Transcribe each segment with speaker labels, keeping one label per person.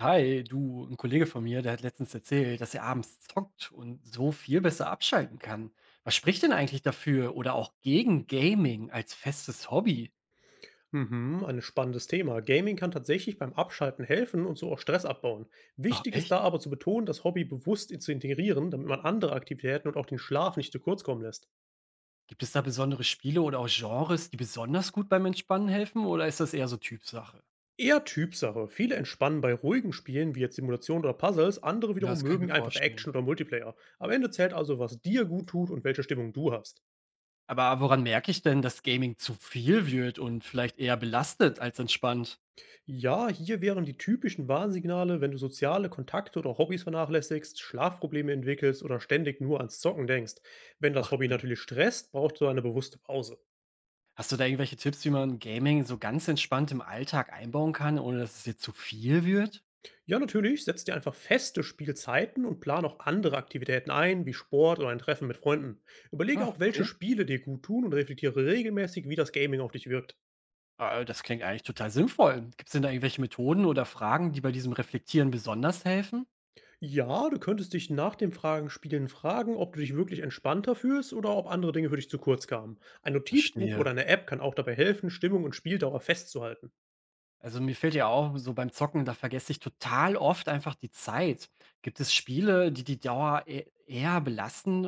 Speaker 1: Hi, du, ein Kollege von mir, der hat letztens erzählt, dass er abends zockt und so viel besser abschalten kann. Was spricht denn eigentlich dafür oder auch gegen Gaming als festes Hobby?
Speaker 2: Mhm, ein spannendes Thema. Gaming kann tatsächlich beim Abschalten helfen und so auch Stress abbauen.
Speaker 1: Oh,
Speaker 2: Wichtig ist
Speaker 1: echt?
Speaker 2: da aber zu betonen, das Hobby bewusst zu integrieren, damit man andere Aktivitäten und auch den Schlaf nicht zu kurz kommen lässt.
Speaker 1: Gibt es da besondere Spiele oder auch Genres, die besonders gut beim Entspannen helfen oder ist das eher so Typsache?
Speaker 2: Eher Typsache. Viele entspannen bei ruhigen Spielen wie jetzt Simulationen oder Puzzles, andere
Speaker 1: Ja,
Speaker 2: wiederum
Speaker 1: das kann ich mir
Speaker 2: mögen einfach
Speaker 1: vorstellen.
Speaker 2: Action oder Multiplayer. Am Ende zählt also, was dir gut tut und welche Stimmung du hast.
Speaker 1: Aber woran merke ich denn, dass Gaming zu viel wird und vielleicht eher belastet als entspannt?
Speaker 2: Ja, hier wären die typischen Warnsignale, wenn du soziale Kontakte oder Hobbys vernachlässigst, Schlafprobleme entwickelst oder ständig nur ans Zocken denkst. Wenn das
Speaker 1: Macht
Speaker 2: Hobby
Speaker 1: Sinn.
Speaker 2: natürlich stresst, brauchst du eine bewusste Pause.
Speaker 1: Hast du da irgendwelche Tipps, wie man Gaming so ganz entspannt im Alltag einbauen kann, ohne dass es jetzt zu viel wird?
Speaker 2: Ja, natürlich, setz dir einfach feste Spielzeiten und plan auch andere Aktivitäten ein, wie Sport oder ein Treffen mit Freunden. Überlege
Speaker 1: Ah,
Speaker 2: auch, welche
Speaker 1: okay.
Speaker 2: Spiele dir gut tun und reflektiere regelmäßig, wie das Gaming auf dich wirkt.
Speaker 1: Ah, das klingt eigentlich total sinnvoll. Gibt es denn da irgendwelche Methoden oder Fragen, die bei diesem Reflektieren besonders helfen?
Speaker 2: Ja, du könntest dich nach dem Fragenspielen fragen, ob du dich wirklich entspannter fühlst oder ob andere Dinge für dich zu kurz kamen. Ein Notizbuch
Speaker 1: Verstehe.
Speaker 2: oder eine App kann auch dabei helfen, Stimmung und Spieldauer festzuhalten.
Speaker 1: Also mir fällt ja auch so beim Zocken, da vergesse ich total oft einfach die Zeit. Gibt es Spiele, die die Dauer e eher belasten,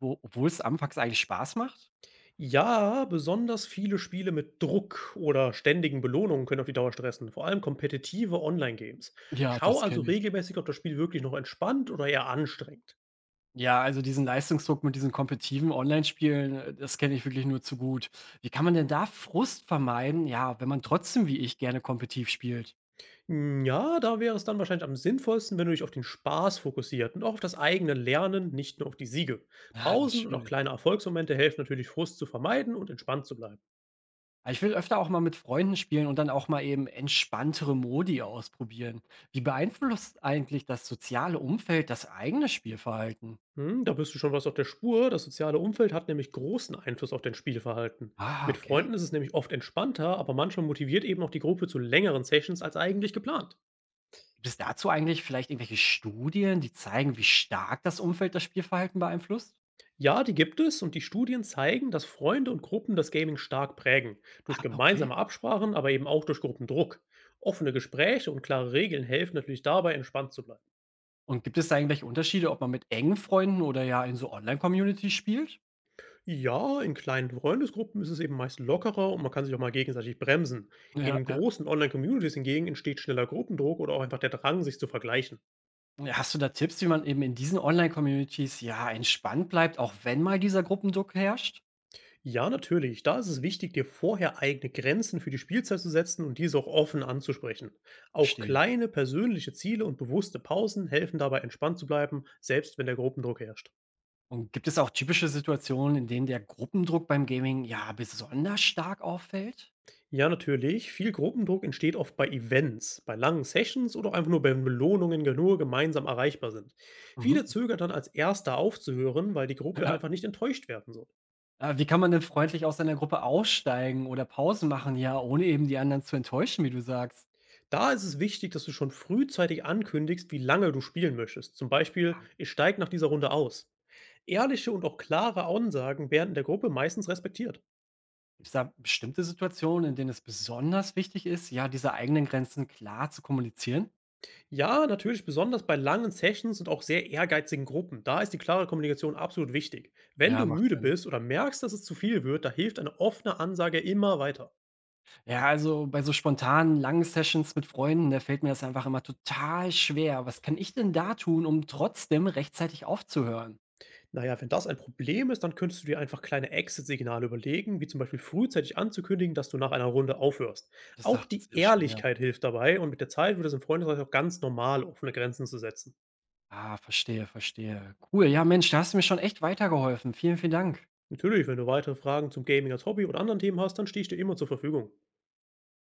Speaker 1: obwohl es anfangs eigentlich Spaß macht?
Speaker 2: Ja, besonders viele Spiele mit Druck oder ständigen Belohnungen können auf die Dauer stressen, vor allem kompetitive Online-Games.
Speaker 1: Ja,
Speaker 2: Schau
Speaker 1: das
Speaker 2: also
Speaker 1: kenne ich.
Speaker 2: regelmäßig, ob das Spiel wirklich noch entspannt oder eher anstrengend.
Speaker 1: Ja, also diesen Leistungsdruck mit diesen kompetitiven Online-Spielen, das kenne ich wirklich nur zu gut. Wie kann man denn da Frust vermeiden, ja, wenn man trotzdem wie ich gerne kompetitiv spielt?
Speaker 2: Hm, ja, da wäre es dann wahrscheinlich am sinnvollsten, wenn du dich auf den Spaß fokussiert und auch auf das eigene Lernen, nicht nur auf die Siege.
Speaker 1: Ja, das ist
Speaker 2: Pausen und auch
Speaker 1: schwierig.
Speaker 2: kleine Erfolgsmomente helfen natürlich, Frust zu vermeiden und entspannt zu bleiben.
Speaker 1: Ah, ich will öfter auch mal mit Freunden spielen und dann auch mal eben entspanntere Modi ausprobieren. Wie beeinflusst eigentlich das soziale Umfeld das eigene Spielverhalten?
Speaker 2: Hm, da bist du schon was auf der Spur. Das soziale Umfeld hat nämlich großen Einfluss auf dein Spielverhalten.
Speaker 1: Ah,
Speaker 2: Mit
Speaker 1: okay.
Speaker 2: Freunden ist es nämlich oft entspannter, aber manchmal motiviert eben auch die Gruppe zu längeren Sessions als eigentlich geplant.
Speaker 1: Gibt es dazu eigentlich vielleicht irgendwelche Studien, die zeigen, wie stark das Umfeld das Spielverhalten beeinflusst?
Speaker 2: Ja, die gibt es und die Studien zeigen, dass Freunde und Gruppen das Gaming stark prägen. Durch
Speaker 1: Ah, okay.
Speaker 2: gemeinsame Absprachen, aber eben auch durch Gruppendruck. Offene Gespräche und klare Regeln helfen natürlich dabei, entspannt zu bleiben.
Speaker 1: Und gibt es da irgendwelche Unterschiede, ob man mit engen Freunden oder ja in so Online-Communities spielt?
Speaker 2: Ja, in kleinen Freundesgruppen ist es eben meist lockerer und man kann sich auch mal gegenseitig bremsen.
Speaker 1: Ja,
Speaker 2: In
Speaker 1: ja.
Speaker 2: großen Online-Communities hingegen entsteht schneller Gruppendruck oder auch einfach der Drang, sich zu vergleichen.
Speaker 1: Ja, hast du da Tipps, wie man eben in diesen Online-Communities ja entspannt bleibt, auch wenn mal dieser Gruppendruck herrscht?
Speaker 2: Ja, natürlich. Da ist es wichtig, dir vorher eigene Grenzen für die Spielzeit zu setzen und diese auch offen anzusprechen. Auch
Speaker 1: Verstehe.
Speaker 2: kleine persönliche Ziele und bewusste Pausen helfen dabei, entspannt zu bleiben, selbst wenn der Gruppendruck herrscht.
Speaker 1: Und gibt es auch typische Situationen, in denen der Gruppendruck beim Gaming, ja, besonders stark auffällt?
Speaker 2: Ja, natürlich. Viel Gruppendruck entsteht oft bei Events, bei langen Sessions oder auch einfach nur bei Belohnungen, die nur gemeinsam erreichbar sind. Viele
Speaker 1: Mhm.
Speaker 2: zögern dann als Erster aufzuhören, weil die Gruppe
Speaker 1: Ja.
Speaker 2: einfach nicht enttäuscht werden soll.
Speaker 1: Wie kann man denn freundlich aus einer Gruppe aussteigen oder Pausen machen, ja, ohne eben die anderen zu enttäuschen, wie du sagst?
Speaker 2: Da ist es wichtig, dass du schon frühzeitig ankündigst, wie lange du spielen möchtest. Zum Beispiel,
Speaker 1: Ja,
Speaker 2: ich steige nach dieser Runde aus. Ehrliche und auch klare Ansagen werden der Gruppe meistens respektiert.
Speaker 1: gibt's da bestimmte Situationen, in denen es besonders wichtig ist, ja, diese eigenen Grenzen klar zu kommunizieren?
Speaker 2: Ja, natürlich besonders bei langen Sessions und auch sehr ehrgeizigen Gruppen. Da ist die klare Kommunikation absolut wichtig. Wenn
Speaker 1: Ja,
Speaker 2: du
Speaker 1: macht
Speaker 2: müde
Speaker 1: Sinn.
Speaker 2: bist oder merkst, dass es zu viel wird, da hilft eine offene Ansage immer weiter.
Speaker 1: Ja, also bei so spontanen, langen Sessions mit Freunden, da fällt mir das einfach immer total schwer. Was kann ich denn da tun, um trotzdem rechtzeitig aufzuhören?
Speaker 2: Naja, wenn das ein Problem ist, dann könntest du dir einfach kleine Exit-Signale überlegen, wie zum Beispiel frühzeitig anzukündigen, dass du nach einer Runde aufhörst.
Speaker 1: Das
Speaker 2: Auch
Speaker 1: sagt es
Speaker 2: die
Speaker 1: ja schon, ja.
Speaker 2: Ehrlichkeit hilft dabei und mit der Zeit wird es im Freundeskreis auch ganz normal, offene Grenzen zu setzen.
Speaker 1: Ah, verstehe, verstehe. Cool. Ja, Mensch, da hast du mir schon echt weitergeholfen. Vielen, vielen Dank.
Speaker 2: Natürlich, wenn du weitere Fragen zum Gaming als Hobby oder anderen Themen hast, dann stehe ich dir immer zur Verfügung.